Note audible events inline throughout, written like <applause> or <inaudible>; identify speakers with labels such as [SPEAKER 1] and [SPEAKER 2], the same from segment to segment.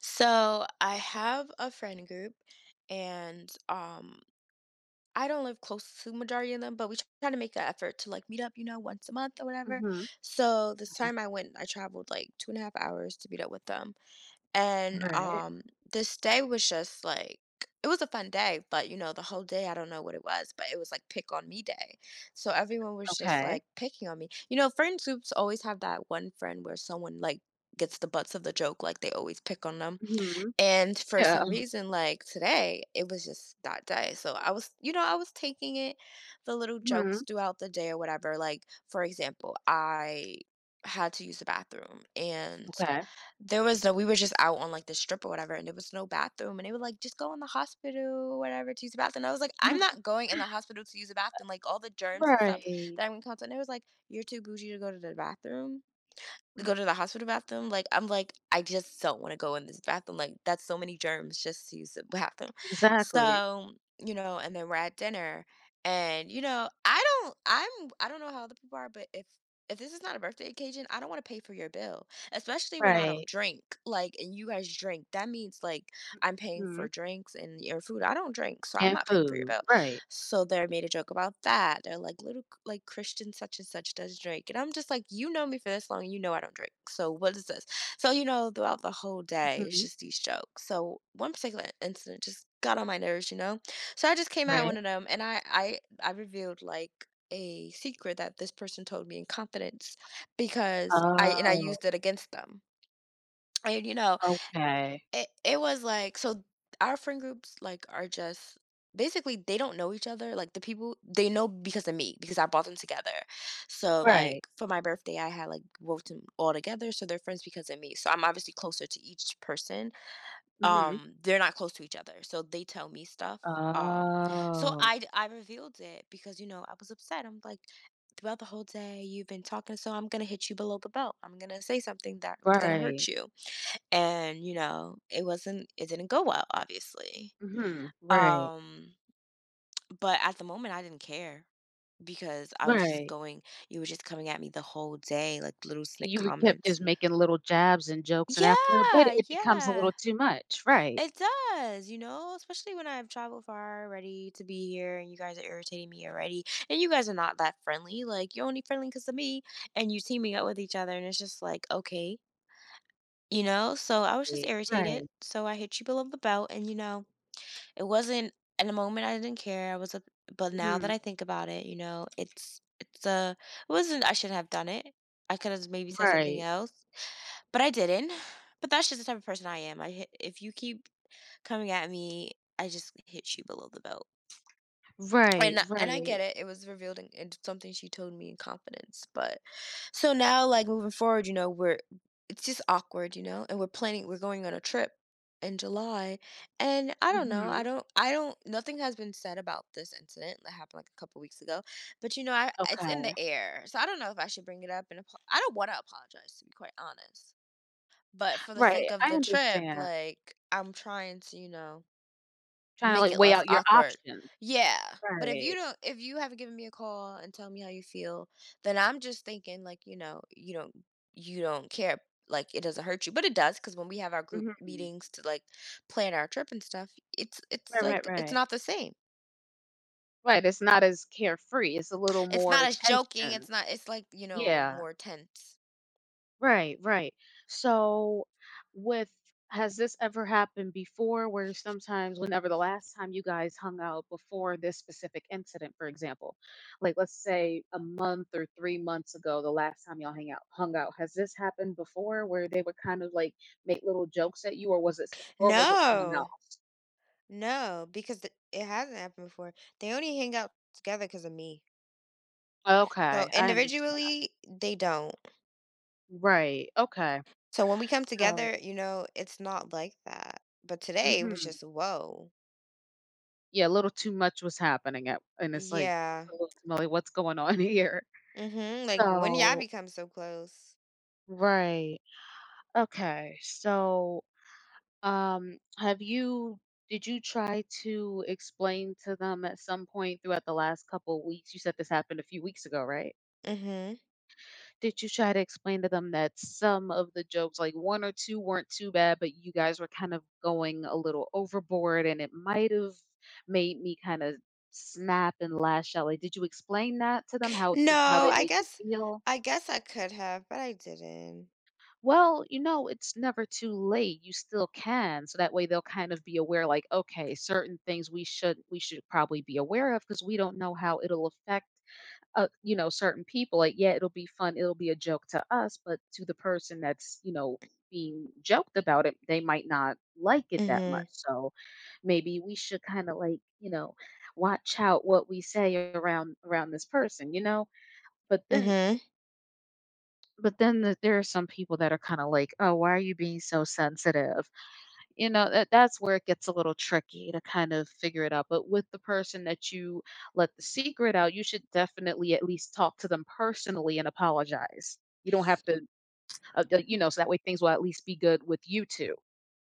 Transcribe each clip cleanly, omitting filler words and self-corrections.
[SPEAKER 1] So I have a friend group, and I don't live close to majority of them, but we try to make an effort to like meet up, once a month or whatever.
[SPEAKER 2] Mhm.
[SPEAKER 1] So this time I went, I traveled like 2.5 hours to meet up with them, and
[SPEAKER 2] Right.
[SPEAKER 1] this day was just like. It was a fun day, but the whole day, I don't know what it was, but it was like pick on me day. So everyone was just
[SPEAKER 2] Okay.
[SPEAKER 1] like picking on me. Friend groups always have that one friend where someone like gets the butts of the joke, like they always pick on them,
[SPEAKER 2] Mhm.
[SPEAKER 1] and for
[SPEAKER 2] Yeah.
[SPEAKER 1] some reason, like today, it was just that day. So I was, I was taking it, the little jokes
[SPEAKER 2] Mhm.
[SPEAKER 1] throughout the day or whatever. Like, for example, I had to use the bathroom, and
[SPEAKER 2] Okay. <sighs>
[SPEAKER 1] there was no, we were just out on like the strip or whatever, and there was no bathroom. And they were like, just go in the hospital or whatever to use the bathroom. I was like, I'm not
[SPEAKER 2] <laughs>
[SPEAKER 1] going in the hospital to use the bathroom. Like, all the germs and stuff
[SPEAKER 2] Right.
[SPEAKER 1] that I'm in contact. And it was like, you're too bougie to go to the bathroom. Go to the hospital bathroom, like, I'm like, "I just don't wanna go in this bathroom, like, that's so many germs just to use the bathroom."
[SPEAKER 2] Exactly.
[SPEAKER 1] So, and then we're at dinner, and, I don't know how other people are, but if this is not a birthday occasion, I don't wanna pay for your bill, especially when I don't
[SPEAKER 2] Right.
[SPEAKER 1] drink, like, and you guys drink, that means, like, I'm paying
[SPEAKER 2] Mhm.
[SPEAKER 1] for drinks and your food, I don't drink, so I'm
[SPEAKER 2] And
[SPEAKER 1] not paying for your
[SPEAKER 2] food.
[SPEAKER 1] bill.
[SPEAKER 2] Right.
[SPEAKER 1] So they made a joke about that. They're like, like Christian such and such does drink. And I'm just like, you know me for this long, you know I don't drink. So what is this? So, throughout the whole day, it's
[SPEAKER 2] Mhm.
[SPEAKER 1] just these jokes. So one particular incident just got on my nerves, you know? So I just came at
[SPEAKER 2] Right.
[SPEAKER 1] one of them, and I revealed like a secret that this person told me in confidence because I and I
[SPEAKER 2] Oh,
[SPEAKER 1] used it against them. And
[SPEAKER 2] okay.
[SPEAKER 1] it was like, so our friend groups, like, are just basically, they don't know each other, like, the people they know because of me, because I brought them together. So,
[SPEAKER 2] Right.
[SPEAKER 1] like, for my birthday, I had, like, brought them all together, so they're friends because of me. So I'm obviously closer to each person.
[SPEAKER 2] Mhm.
[SPEAKER 1] They're not close to each other, so they tell me stuff. Um, so
[SPEAKER 2] Oh,
[SPEAKER 1] I revealed it because, I was upset. I'm like, throughout the whole day, you've been talking, so I'm gonna hit you below the belt. I'm gonna say something that's gonna hurt
[SPEAKER 2] right.
[SPEAKER 1] you, and it didn't go well, obviously.
[SPEAKER 2] Mhm. Right.
[SPEAKER 1] um but at the moment, I didn't care because I was just
[SPEAKER 2] Right.
[SPEAKER 1] going. You were just coming at me the whole day, like, little snick
[SPEAKER 2] You were kept just
[SPEAKER 1] comments.
[SPEAKER 2] making little jabs and jokes, and after a bit,
[SPEAKER 1] Yeah,
[SPEAKER 2] it becomes a
[SPEAKER 1] yeah,
[SPEAKER 2] little too much. Right.
[SPEAKER 1] it does, especially when I've traveled far already to be here, and you guys are irritating me already. And you guys are not that friendly, like you're only friendly because of me, and you teaming up with each other, and it's just like, okay, so I was just irritated,
[SPEAKER 2] Right.
[SPEAKER 1] so I hit you below the belt. And you know It wasn't in a moment, I didn't care. I was up But now that
[SPEAKER 2] Mhm.
[SPEAKER 1] I think about it, it's it wasn't I shouldn't have done it. I could have maybe said something
[SPEAKER 2] Right.
[SPEAKER 1] else, but I didn't. But that's just the type of person I am. I hit, if you keep coming at me, I just hit you below the belt,
[SPEAKER 2] Right.
[SPEAKER 1] and I get
[SPEAKER 2] Right.
[SPEAKER 1] it. It was revealed in something she told me in confidence. But so now, like moving forward, we're it's just awkward, and we're planning. We're going on a trip in July, and I don't know. I
[SPEAKER 2] Mhm.
[SPEAKER 1] don't. I don't. Nothing has been said about this incident that happened like a couple weeks ago. But you know, I it's in
[SPEAKER 2] Okay.
[SPEAKER 1] the air, so I don't know if I should bring it up. And I don't want to apologize, to be quite honest. But for the
[SPEAKER 2] Right,
[SPEAKER 1] sake of
[SPEAKER 2] I
[SPEAKER 1] the trip,
[SPEAKER 2] understand.
[SPEAKER 1] like I'm trying to.
[SPEAKER 2] Trying to,
[SPEAKER 1] Make
[SPEAKER 2] like,
[SPEAKER 1] it
[SPEAKER 2] weigh
[SPEAKER 1] less
[SPEAKER 2] out your
[SPEAKER 1] awkward.
[SPEAKER 2] options.
[SPEAKER 1] Yeah, but
[SPEAKER 2] Right.
[SPEAKER 1] if you haven't given me a call and tell me how you feel, then I'm just thinking like, you don't care, like it doesn't hurt you, but it does, because when we have our group
[SPEAKER 2] Mhm.
[SPEAKER 1] meetings to like plan our trip and stuff, it's
[SPEAKER 2] Right, right,
[SPEAKER 1] like it's
[SPEAKER 2] right.
[SPEAKER 1] not the same.
[SPEAKER 2] Right, it's not as carefree, it's a little
[SPEAKER 1] It's not
[SPEAKER 2] more
[SPEAKER 1] as joking,
[SPEAKER 2] tension.
[SPEAKER 1] it's not it's like,
[SPEAKER 2] Yeah.
[SPEAKER 1] more tense.
[SPEAKER 2] Right, right. So, with has this ever happened before where sometimes, whenever the last time you guys hung out before this specific incident, for example, like let's say a month or 3 months ago, the last time y'all hung out, has this happened before where they would kind of like make little jokes at you, or was it, s- or was it someone
[SPEAKER 1] No,
[SPEAKER 2] else?
[SPEAKER 1] no, because it hasn't happened before. They only hang out together because of me. So
[SPEAKER 2] Okay, I understand.
[SPEAKER 1] individually, they don't.
[SPEAKER 2] Right. Okay.
[SPEAKER 1] So when we come
[SPEAKER 2] So,
[SPEAKER 1] together, it's not like that. But today it was
[SPEAKER 2] hmm,
[SPEAKER 1] just whoa.
[SPEAKER 2] yeah, a little too much was happening at, and it's like,
[SPEAKER 1] Yeah.
[SPEAKER 2] a little too much, like, what's going on <laughs> here?
[SPEAKER 1] Mhm. Like when y'all
[SPEAKER 2] So,
[SPEAKER 1] become so close.
[SPEAKER 2] right. Okay. So, have you did you try to explain to them at some point throughout the last couple of weeks? You said this happened a few weeks ago, right?
[SPEAKER 1] Mhm.
[SPEAKER 2] Did you try to explain to them that some of the jokes, like one or two, weren't too bad, but you guys were kind of going a little overboard and it might have made me kind of snap and lash out? Like, did you explain that to them how
[SPEAKER 1] No,
[SPEAKER 2] they made you feel?
[SPEAKER 1] I guess I could have, but I didn't.
[SPEAKER 2] Well, you know, it's never too late. You still can. So that way they'll kind of be aware like, okay, certain things we should probably be aware of because we don't know how it'll affect you know, certain people. Like, yeah, it'll be fun, it'll be a joke to us, but to the person that's, you know, being joked about it, they might not like it that much.
[SPEAKER 1] Mhm.
[SPEAKER 2] So maybe we should kind of like, you know, watch out what we say around this person, you know? But then
[SPEAKER 1] Mhm.
[SPEAKER 2] but then there are some people that are kinda like, "Oh, why are you being so sensitive?" You know, that's where it gets a little tricky to kind of figure it out, but with the person that you let the secret out, you should definitely at least talk to them personally and apologize. You don't have to, d you know, so that way things will at least be good with you 2,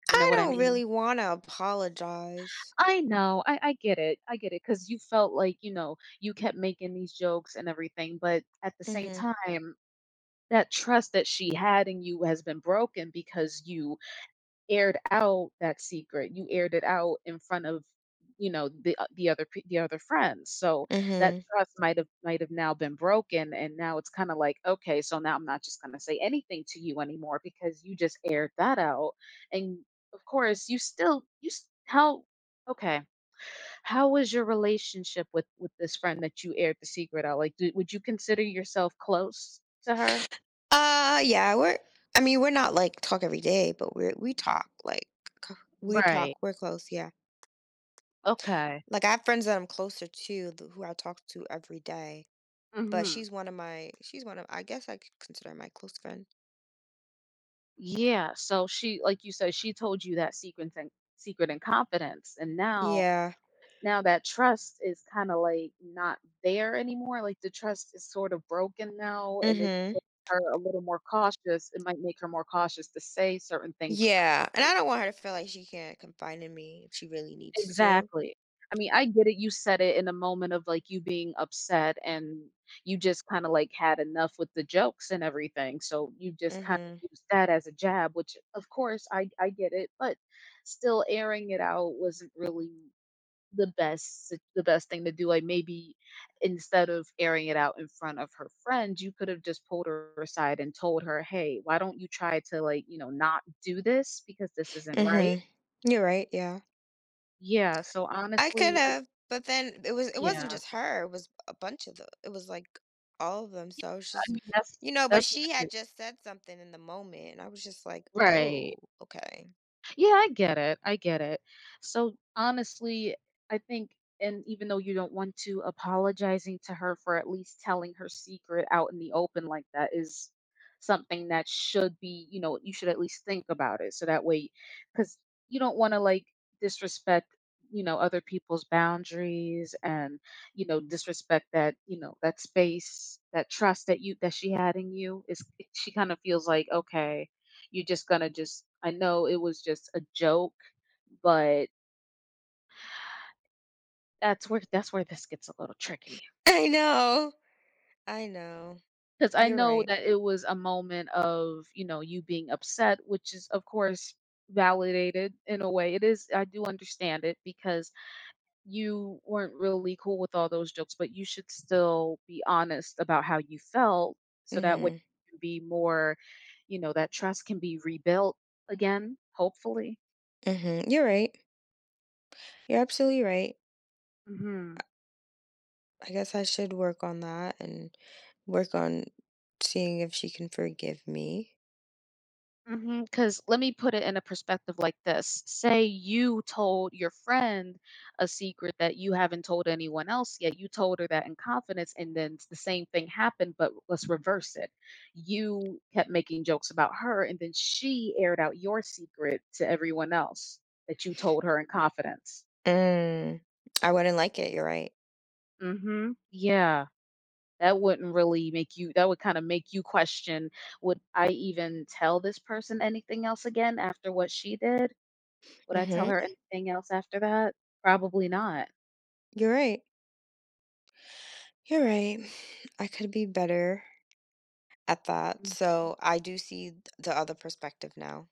[SPEAKER 2] you know
[SPEAKER 1] I
[SPEAKER 2] what I
[SPEAKER 1] don't
[SPEAKER 2] mean?
[SPEAKER 1] really want to apologize.
[SPEAKER 2] I know, I get it, I get it. Because you felt like, you know, you kept making these jokes and everything, but at the same
[SPEAKER 1] Mhm.
[SPEAKER 2] time, that trust that she had in you has been broken because you aired out that secret. You aired it out in front of, you know, the o the other p the other friends, so that
[SPEAKER 1] Mhm.
[SPEAKER 2] trust might have now been broken, and now it's kinda like, "Okay, so now I'm not just gonna say anything to you anymore because you just aired that out," and, of course, you still you s how okay, how was your relationship with this friend that you aired the secret out? Like, do would you consider yourself close to her?
[SPEAKER 1] Yeah, we're I mean, we're not like talk every day, but we talk like c- we
[SPEAKER 2] Right.
[SPEAKER 1] talk. We're close, yeah.
[SPEAKER 2] Okay.
[SPEAKER 1] Like I have friends that I'm closer to who I talk to every day, but
[SPEAKER 2] Mhm.
[SPEAKER 1] she's one of, I guess, I could consider her my close friend.
[SPEAKER 2] Yeah, so she like you said, she told you that secret and confidence. And now
[SPEAKER 1] Yeah.
[SPEAKER 2] now that trust is kind of like not there anymore. Like the trust is sort of broken now and it
[SPEAKER 1] Mhm.
[SPEAKER 2] makes her a little more cautious. It might make her more cautious to say certain things.
[SPEAKER 1] Yeah, and I don't want her to feel like she can't confide in me if she really needs to.
[SPEAKER 2] Exactly. I mean, I get it. You said it in a moment of like you being upset and you just kind of like had enough with the jokes and everything. So you just kind
[SPEAKER 1] Mhm.
[SPEAKER 2] of used that as a jab, which of course I get it, but still airing it out wasn't really the best thing to do. Like maybe instead of airing it out in front of her friends, you could have just pulled her aside and told her, "Hey, why don't you try to like, you know, not do this because this isn't right?"
[SPEAKER 1] Mhm. You're right. Yeah.
[SPEAKER 2] Yeah, so
[SPEAKER 1] I could
[SPEAKER 2] honestly,
[SPEAKER 1] have, but then it wasn't
[SPEAKER 2] yeah.
[SPEAKER 1] just her, it was like all of them,
[SPEAKER 2] Yeah,
[SPEAKER 1] so it was
[SPEAKER 2] I
[SPEAKER 1] just,
[SPEAKER 2] mean, that's
[SPEAKER 1] but
[SPEAKER 2] that's
[SPEAKER 1] she
[SPEAKER 2] where
[SPEAKER 1] had just said something in the moment, and I was just like, "Oh,
[SPEAKER 2] right.
[SPEAKER 1] okay."
[SPEAKER 2] Yeah, I get it. I get it. So honestly, I think, and even though you don't want to, apologizing to her for at least telling her secret out in the open like that is something that should be, you know, you should at least think about it. So that way, because you don't want to like disrespect you know other people's boundaries and you know disrespect that you know that space that trust that she had in you is she kind of feels like okay you're just gonna just I know it was just a joke, but that's where this gets a little tricky.
[SPEAKER 1] <laughs> I know. I know.
[SPEAKER 2] Because I
[SPEAKER 1] You're
[SPEAKER 2] know
[SPEAKER 1] right.
[SPEAKER 2] that it was a moment of, you know, you being upset, which is of course validated in a way. It is I do understand it because you weren't really cool with all those jokes, but you should still be honest about how you felt so that way
[SPEAKER 1] Mhm.
[SPEAKER 2] you can be more, you know, that trust can be rebuilt again, hopefully.
[SPEAKER 1] Mhm. You're right. You're absolutely right.
[SPEAKER 2] Mhm.
[SPEAKER 1] I guess I should work on that and work on seeing if she can forgive me.
[SPEAKER 2] Because let me put it in a perspective like this. Say you told your friend a secret that you haven't told anyone else yet. You told her that in confidence, and then the same thing happened, but let's reverse it. You kept making jokes about her, and then she aired out your secret to everyone else that you told her in confidence.
[SPEAKER 1] Mm. I wouldn't like it, you're right.
[SPEAKER 2] Hmm. Yeah. That wouldn't really make you, that would kind of make you question, would I even tell this person anything else again after what she did? Would I tell
[SPEAKER 1] Mhm.
[SPEAKER 2] her anything else after that? Probably not.
[SPEAKER 1] You're right. You're right. <sighs> I could be better at that.
[SPEAKER 2] Mm.
[SPEAKER 1] So I do see the other perspective now.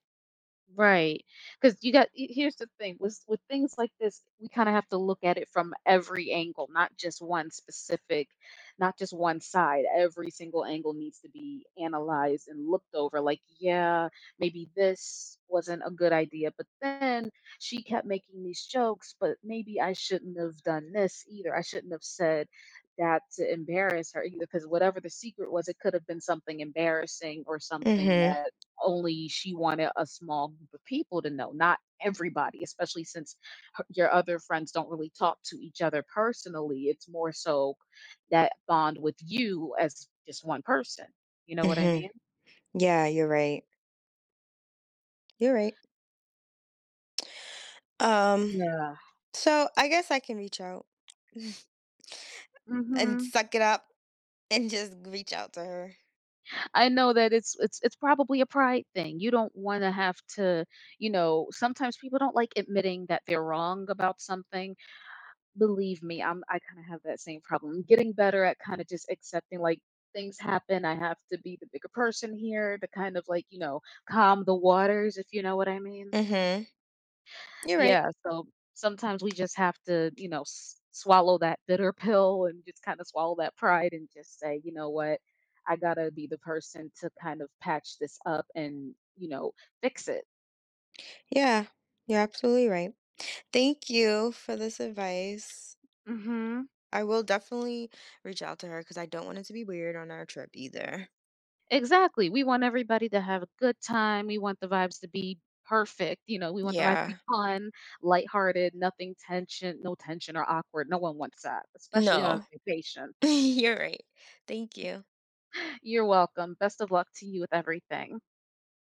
[SPEAKER 2] Right, because you got he here's the thing, with things like this, we kinda have to look at it from every angle, not just one side. Every single angle needs to be analyzed and looked over, like, "Yeah, maybe this wasn't a good idea, but then she kept making these jokes, but maybe I shouldn't have done this either. I shouldn't have said that to embarrass her either, because whatever the secret was, it could have been something embarrassing or something
[SPEAKER 1] Mm-hmm.
[SPEAKER 2] that only she wanted a small group of people to know, not everybody, especially since her your other friends don't really talk to each other personally. It's more so that bond with you as just one person. You know what I
[SPEAKER 1] Mm-hmm.
[SPEAKER 2] mean?
[SPEAKER 1] Yeah, you're right. You're right. Um,
[SPEAKER 2] Yeah.
[SPEAKER 1] so I guess I can reach out <laughs> and
[SPEAKER 2] Mhm.
[SPEAKER 1] suck it up and just reach out to her.
[SPEAKER 2] I know that it's probably a pride thing. You don't wanna have to, you know, sometimes people don't like admitting that they're wrong about something. Believe me, I kinda have that same problem. I'm getting better at kinda just accepting, like, things happen, I have to be the bigger person here to kind of, like, you know, calm the waters, if you know what I mean?
[SPEAKER 1] Mm-hmm. You're right.
[SPEAKER 2] Yeah, so sometimes we just have to, you know, s swallow that bitter <laughs> pill and just kinda swallow that pride and just say, "You know what? I gotta be the person to kind of patch this up and, you know, fix it."
[SPEAKER 1] Yeah. You're absolutely right. Thank you for this advice.
[SPEAKER 2] Mhm.
[SPEAKER 1] I will definitely reach out to her because I don't want it to be weird on our trip either.
[SPEAKER 2] Exactly, we want everybody to have a good time, we want the vibes to be perfect, you know, we want the vibes to be
[SPEAKER 1] Yeah.
[SPEAKER 2] fun, lighthearted, nothing tension no tension or awkward, no one wants that, especially on a
[SPEAKER 1] No.
[SPEAKER 2] vacation.
[SPEAKER 1] <laughs> You're right. Thank you.
[SPEAKER 2] <laughs> You're welcome, best of luck to you with everything.